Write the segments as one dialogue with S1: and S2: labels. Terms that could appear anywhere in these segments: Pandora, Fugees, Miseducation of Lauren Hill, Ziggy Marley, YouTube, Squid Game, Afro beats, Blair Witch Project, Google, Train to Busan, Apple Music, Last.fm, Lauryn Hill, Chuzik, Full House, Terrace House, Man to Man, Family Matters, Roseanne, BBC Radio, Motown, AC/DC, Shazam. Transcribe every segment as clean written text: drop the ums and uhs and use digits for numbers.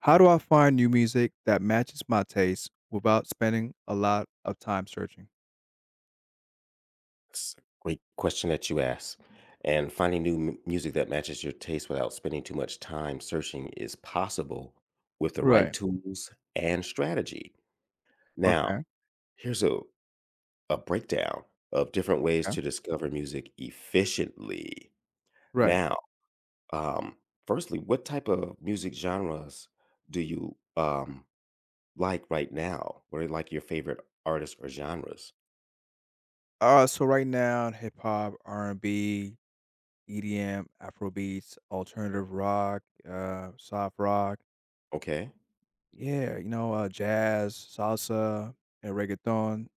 S1: How do I find new music that matches my taste without spending a lot of time searching?
S2: That's a great question that you asked. And finding new music that matches your taste without spending too much time searching is possible with the right
S1: Right.
S2: tools and strategy.
S1: Okay.
S2: Now, here's a breakdown of different ways
S1: Okay.
S2: to discover music efficiently.
S1: Right.
S2: Now, um, firstly, what type of music genres do you like right now? What are like your favorite artists or genres?
S1: So right now hip hop, R&B, EDM, Afro beats, alternative rock, soft rock,
S2: Okay.
S1: yeah, jazz, salsa, and reggaeton, you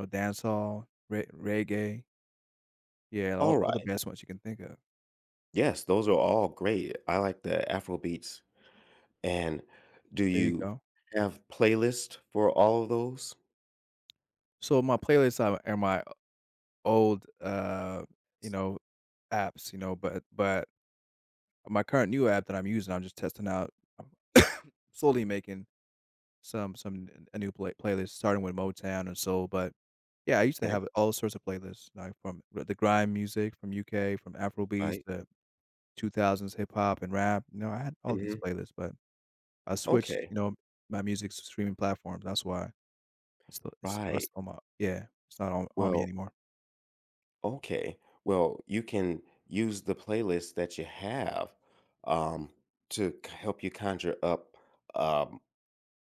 S1: know, dancehall, reggae, yeah,
S2: All
S1: all the
S2: right.
S1: best ones you can think of.
S2: Yes, those are all great. I like the Afro beats. And do
S1: There you
S2: you
S1: go.
S2: have playlist for all of those?
S1: So my playlists are my old, you know, apps, but my current new app that I'm using, I'm just testing out. I'm slowly making some n a new playlist starting with Motown and soul, but, yeah, I used to
S2: Okay,
S1: have all sorts of playlists, like, from the grime music from UK, from Afrobeats
S2: right.
S1: to 2000s hip hop and rap, I had all these
S2: Mhm.
S1: playlists, but I switched,
S2: Okay,
S1: my music s streaming platforms, that's why it's still
S2: right.
S1: it's on my yeah, it's not on me
S2: Well,
S1: anymore.
S2: okay. Well, you can use the playlist that you have, um, to help you conjure up, um,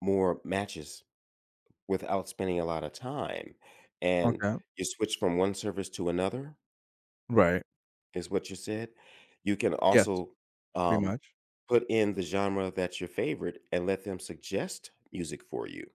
S2: more matches without spending a lot of time. And
S1: Okay.
S2: you switch from one service to another.
S1: Right.
S2: Is what you said. You can
S1: Yes,
S2: also,
S1: pretty
S2: um,
S1: much.
S2: put in the genre that's your favorite and let them suggest music for you.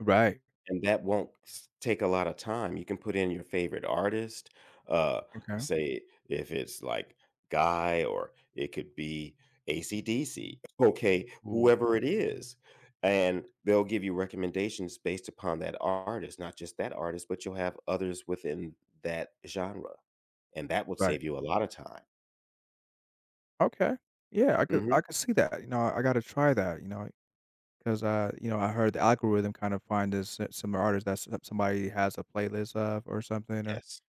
S1: Right.
S2: And that won't take a lot of time. You can put in your favorite artist, uh,
S1: Okay.
S2: say if it's like Guy or it could be ACDC, okay,
S1: Ooh,
S2: whoever it is. And they'll give you recommendations based upon that artist, not just that artist, but you'll have others within that genre. And that will
S1: right.
S2: save you a lot of time.
S1: Okay. Yeah, I could
S2: Mm-hmm.
S1: I could see that, I gotta try that. Because I heard the algorithm kind of find this s some artist that somebody has a playlist of or something, or
S2: Yes.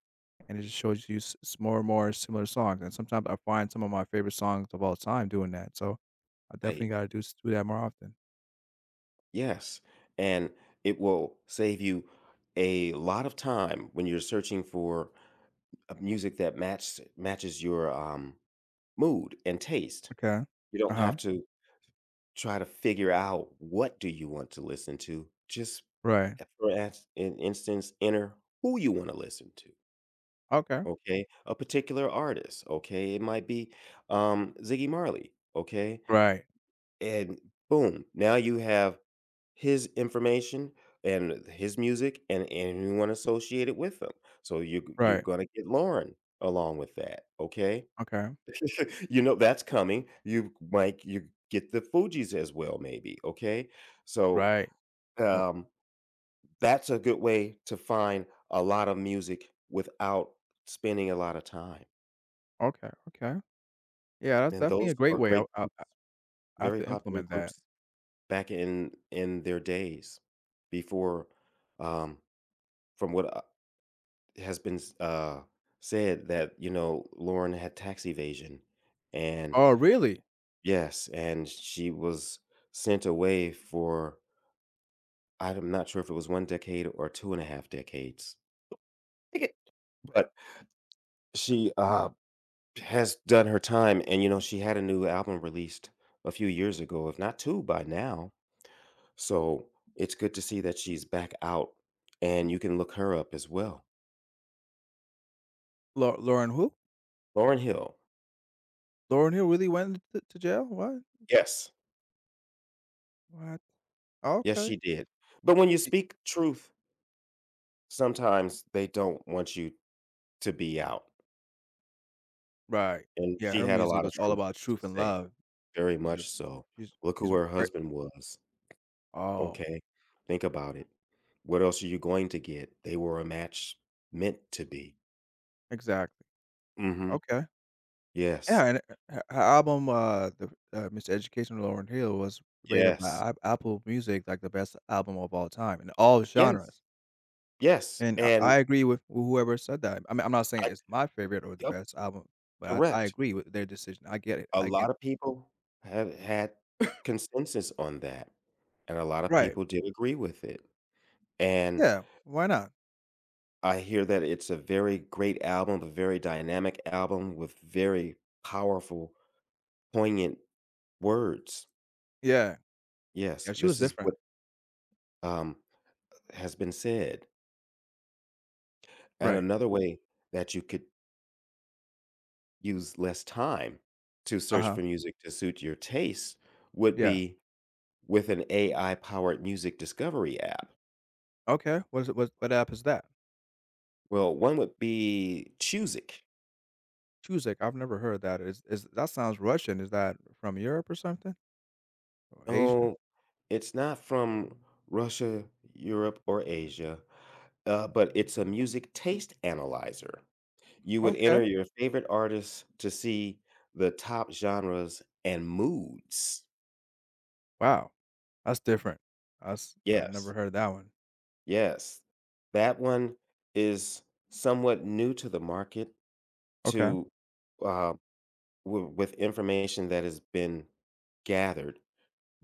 S1: and it just shows you s s more and more similar songs, and sometimes I find some of my favorite songs of all time doing that, so I definitely
S2: Right.
S1: gotta do that more often.
S2: Yes, and it will save you a lot of time when you're searching for a music that matches your, mood and taste.
S1: Okay.
S2: You don't have
S1: Uh-huh.
S2: to try to figure out what do you want to listen to, just
S1: Right.
S2: for as an instance, enter who you wanna listen to,
S1: Okay.
S2: okay? A particular artist, okay? It might be, Ziggy Marley, okay?
S1: Right.
S2: And boom, now you have his information and his music and anyone associated with them. So you're
S1: Right.
S2: gonna get Lauren along with that, okay?
S1: Okay.
S2: you know that's coming. You might you get the Fugees as well, maybe, okay? So,
S1: Right. Oh,
S2: um, that's a good way to find a lot of music without spending a lot of time.
S1: okay, okay. Yeah, that's
S2: And
S1: definitely
S2: those
S1: a great
S2: are
S1: way. I
S2: great
S1: I
S2: groups,
S1: I have
S2: very
S1: to
S2: popular
S1: implement that.
S2: groups back in their days before, um, from what has been, said that you know Lauren had tax evasion, and
S1: Oh, really?
S2: yes, and she was sent away for I'm not sure if it was one decade or two and a half decades. Take it. But she, has done her time, and you know she had a new album released a few years ago, if not two by now. So it's good to see that she's back out, and you can look her up as well.
S1: Lauryn who?
S2: Lauren Hill.
S1: Lauren Hill really went t to jail? What?
S2: Yes,
S1: What? Oh,
S2: yes,
S1: okay.
S2: she did. But when you
S1: E
S2: speak truth Sometimes they don't want you to be out,
S1: Right.
S2: and
S1: Yeah,
S2: she
S1: her
S2: had a
S1: music
S2: lot of
S1: was all
S2: truth
S1: about
S2: to
S1: truth and
S2: say,
S1: love.
S2: very
S1: She's
S2: much
S1: just
S2: so.
S1: she's
S2: Look who
S1: she's
S2: her
S1: where.
S2: husband was,
S1: Oh,
S2: okay? Think about it. What else are you going to get? They were a match meant to be.
S1: exactly.
S2: Mhm.
S1: Okay. Yeah,
S2: Yes.
S1: and her album, the, Miseducation of Lauren Hill was rated by
S2: Yes.
S1: Ap Apple Music, like, the best album of all time in all
S2: Yes.
S1: genres,
S2: Yes,
S1: and I
S2: and
S1: I agree with whoever said that. I mean, I'm not saying
S2: I
S1: it's my favorite or the
S2: Yup,
S1: best album, but I
S2: correct.
S1: agree with their decision. I get it,
S2: A
S1: I get
S2: lot
S1: it.
S2: of people have had consensus on that, and a lot of
S1: Right.
S2: people did agree with it, and
S1: Yeah, why not?
S2: I hear that it's a very great album, a very dynamic album with very powerful, poignant words.
S1: Yeah, yeah,
S2: Yes,
S1: she was
S2: this is
S1: different.
S2: what, um, has been said. And
S1: Right,
S2: another way that you could use less time to search
S1: uh-huh,
S2: for music to suit your tastes would
S1: yeah.
S2: be with an AI powered music discovery app.
S1: Okay, what app is that?
S2: Well, one would be Chuzik.
S1: Chuzik, I've never heard that. Is that sounds Russian, is that from Europe or something? Or Asia?
S2: Oh, it's not from Russia, Europe, or Asia. But it's a music taste analyzer. You would
S1: Okay,
S2: enter your favorite artists to see the top genres and moods.
S1: wow, that's different. That's I never
S2: Yes,
S1: heard that one.
S2: yes. That one is somewhat new to the market
S1: Okay,
S2: to, uh, with information that has been gathered,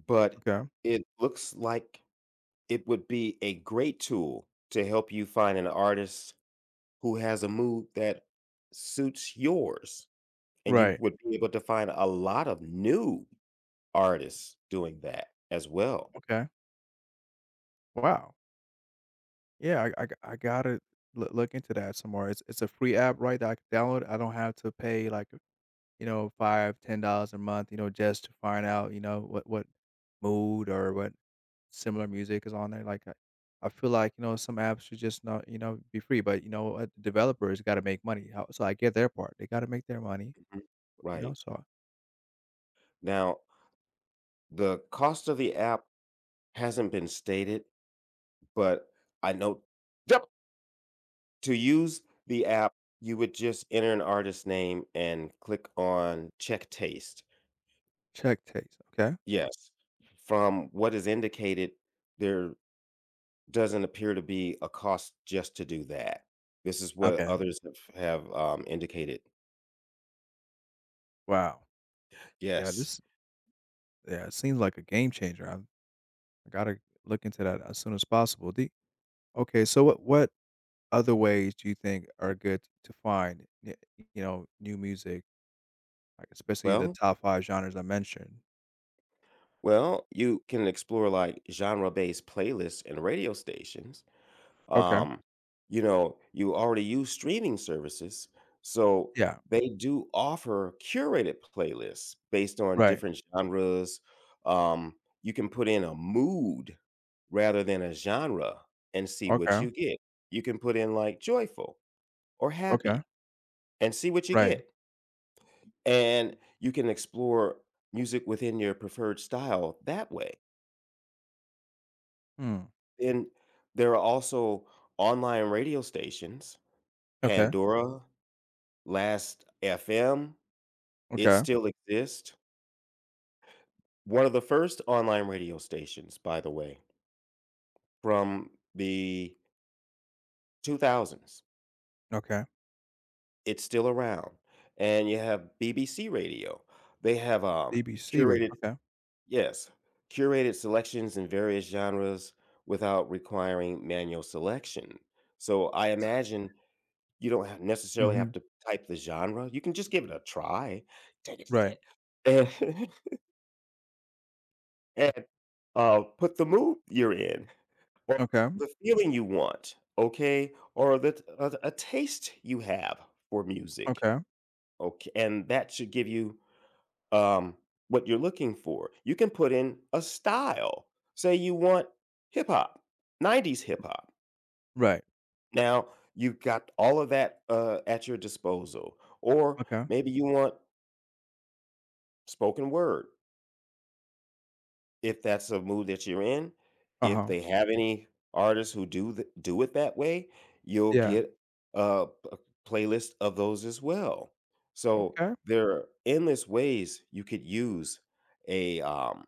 S2: but
S1: okay.
S2: it looks like it would be a great tool to help you find an artist who has a mood that suits yours. And you
S1: Right,
S2: would be able to find a lot of new artists doing that as well.
S1: okay, wow. Yeah, I gotta look into that some more. It's a free app, right, that I can download? I don't have to pay, like, $5-10 a month, just to find out, what mood or what similar music is on there, like, I feel like, some apps should just not, be free, but, a developer has gotta make money, how so I get their part, they gotta make their money,
S2: Mhm. Right.
S1: so
S2: Now, the cost of the app hasn't been stated, but I know Yep. to use the app, you would just enter an artist's name and click on check taste.
S1: check taste, okay?
S2: Yes. From what is indicated, there doesn't appear to be a cost just to do that. This is what
S1: Okay,
S2: others have, indicated.
S1: wow. Yeah,
S2: Yes.
S1: this yeah, it seems like a game changer, I gotta look into that as soon as possible, the okay, so what other ways do you think are good to find, new music? Like, especially the
S2: Well,
S1: top 5 genres I mentioned.
S2: Well, you can explore like genre-based playlists and radio stations.
S1: Okay.
S2: Um, you know, you already use streaming services, so
S1: Yeah.
S2: they do offer curated playlists based on
S1: Right.
S2: different genres. Um, you can put in a mood rather than a genre and see what
S1: Okay.
S2: you get. You can put in like joyful or
S1: Okay.
S2: happy and see what you
S1: Right.
S2: get. And you can explore music within your preferred style that way.
S1: Hmm.
S2: And there are also online radio stations,
S1: Okay.
S2: Pandora, Last FM, it
S1: Okay.
S2: still exists. One of the first online radio stations, by the way, from the 2000s.
S1: Okay.
S2: It's still around. And you have BBC Radio. They have,
S1: A B C rate.
S2: curated,
S1: Okay.
S2: yes, curated selections in various genres without requiring manual selection. So I imagine You don't ha necessarily have
S1: Mhm.
S2: to type the genre, you can just give it a try. Take it to
S1: Right.
S2: sit. And and, put the mood you're in or
S1: Okay.
S2: the feeling you want, okay? Or the a taste you have for music,
S1: Okay.
S2: okay? And that should give you, um, what you're looking for. You can put in a style. Say you want hip hop, 90s hip hop.
S1: Right.
S2: Now, you've got all of that, at your disposal. Or
S1: Okay.
S2: maybe you want spoken word, if that's a mood that you're in. If
S1: Uh-huh.
S2: they have any artists who do it that way, you'll
S1: Yeah.
S2: get a playlist of those as well. So
S1: Okay.
S2: there are endless ways you could use a,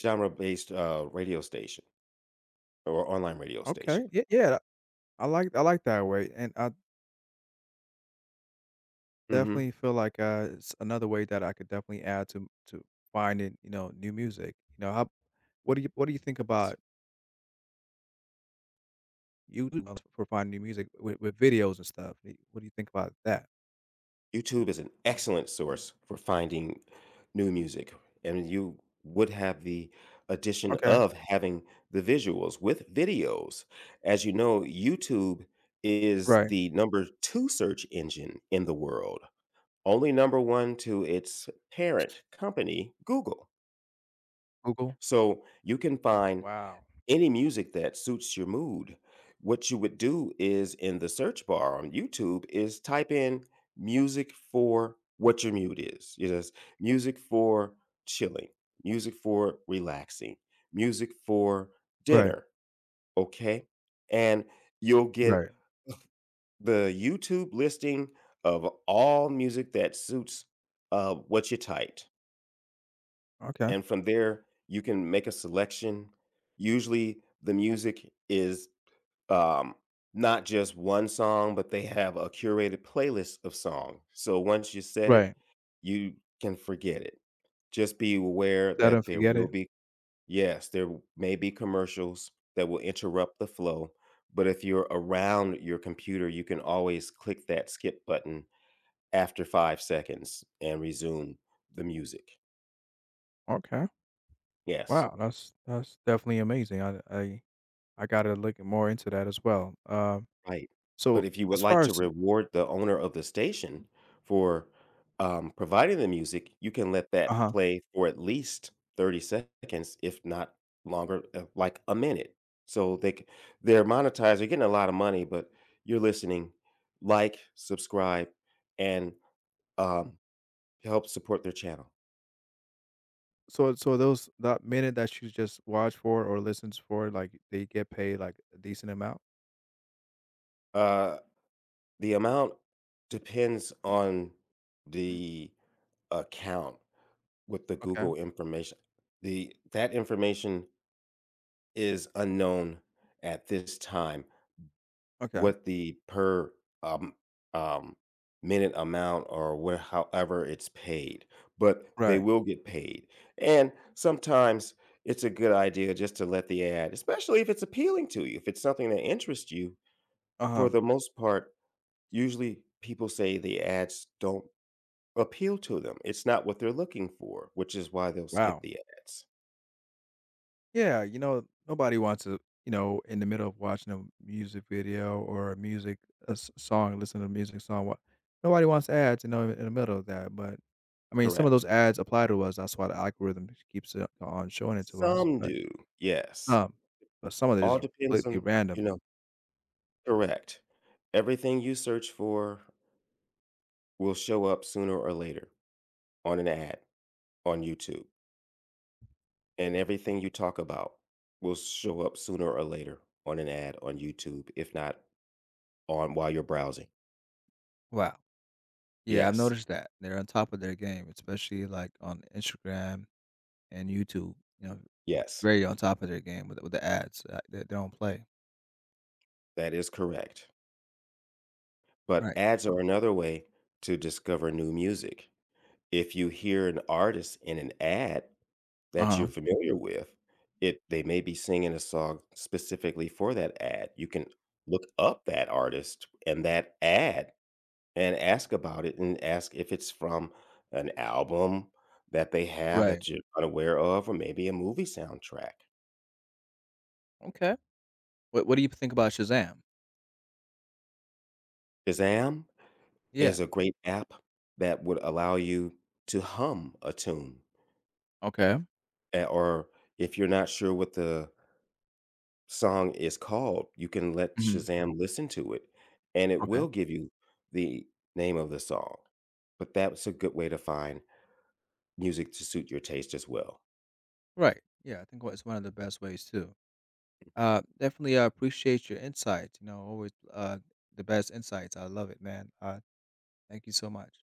S2: genre-based, radio station or online radio station.
S1: Okay. Yeah, yeah. I like that way, and I
S2: Hmm
S1: definitely feel like, it's another way that I could definitely add to finding, new music. You know, how what do you think
S2: Yes.
S1: about YouTube for finding new music with videos and stuff? What do you think about that?
S2: YouTube is an excellent source for finding new music, and you would have the addition
S1: Okay.
S2: of having the visuals with videos. As you know, YouTube is
S1: Right,
S2: the number two search engine in the world, only number one to its parent company, Google.
S1: Google.
S2: So you can find
S1: Wow.
S2: any music that suits your mood. What you would do is in the search bar on YouTube is type in music for what your mood is. It is music for chilling, music for relaxing, music for
S1: Right,
S2: dinner. Okay. And you'll get
S1: right.
S2: the YouTube listing of all music that suits, what you typed.
S1: Okay,
S2: And from there, you can make a selection. Usually, the music is, um, not just one song, but they have a curated playlist of song. So once you set it,
S1: right.
S2: you can forget it. Just be aware
S1: Set and
S2: that there
S1: forget
S2: will
S1: it.
S2: be yes, there may be commercials that will interrupt the flow, but if you're around your computer, you can always click that skip button after 5 seconds and resume the music.
S1: Okay.
S2: Yes.
S1: Wow, that's definitely amazing. I gotta look more into that as well.
S2: Right, but
S1: So
S2: if you would
S1: as
S2: like
S1: far
S2: to
S1: as,
S2: reward the owner of the station for, providing the music, you can let that
S1: uh-huh.
S2: play for at least 30 seconds, if not longer, like a minute. So they're monetized, they're getting a lot of money, but you're listening, like, subscribe, and, um, help support their channel.
S1: So those that minute that you just watch for or listens for, like, they get paid, like, a decent amount?
S2: Uh, the amount depends on the account. With the
S1: Okay,
S2: Google information. The that information is unknown at this time,
S1: okay.
S2: what the per, um um, minute amount or where however it's paid, but they
S1: Right.
S2: will get paid, and sometimes it's a good idea just to let the ad especially if it's appealing to you, if it's something that interests you,
S1: Uh-huh.
S2: for the most part, usually people say the ads don't appeal to them, it's not what they're looking for, which is why they'll skip
S1: Wow.
S2: the ads.
S1: Yeah, nobody wants to, in the middle of watching a music video or a song, listen to a music song. What Nobody wants ads, in the middle of that. But I mean, some of those
S2: Correct.
S1: ads apply to us. That's why the algorithm keeps it on showing it to us.
S2: Some do, yes.
S1: Um, but some of it
S2: All
S1: is
S2: depends
S1: completely
S2: on
S1: random.
S2: you know correct. Everything you search for will show up sooner or later on an ad on YouTube, and everything you talk about will show up sooner or later on an ad on YouTube, if not on while you're browsing.
S1: Wow. Yeah, I've
S2: Yes,
S1: noticed that. They're on top of their game, especially like on Instagram and YouTube.
S2: yes,
S1: Very on top of their game with the ads that they don't play.
S2: that is correct. But
S1: Right.
S2: ads are another way to discover new music. If you hear an artist in an ad,
S1: Uh
S2: That you're
S1: huh.
S2: familiar with. It they may be singing a song specifically for that ad. You can look up that artist and that ad and ask about it and ask if it's from an album that they have
S1: Right.
S2: that you're unaware of or maybe a movie soundtrack.
S1: Okay. What do you think about Shazam?
S2: Shazam
S1: Yeah,
S2: is a great app that would allow you to hum a tune,
S1: okay.
S2: eh, or if you're not sure what the song is called, you can let
S1: Mhm,
S2: Shazam listen to it, and it
S1: okay.
S2: will give you the name of the song, but that's a good way to find music to suit your taste as well.
S1: Right, yeah, I think it's one of the best ways too. Definitely, I appreciate your insights, always, the best insights, I love it, man. Thank you so much.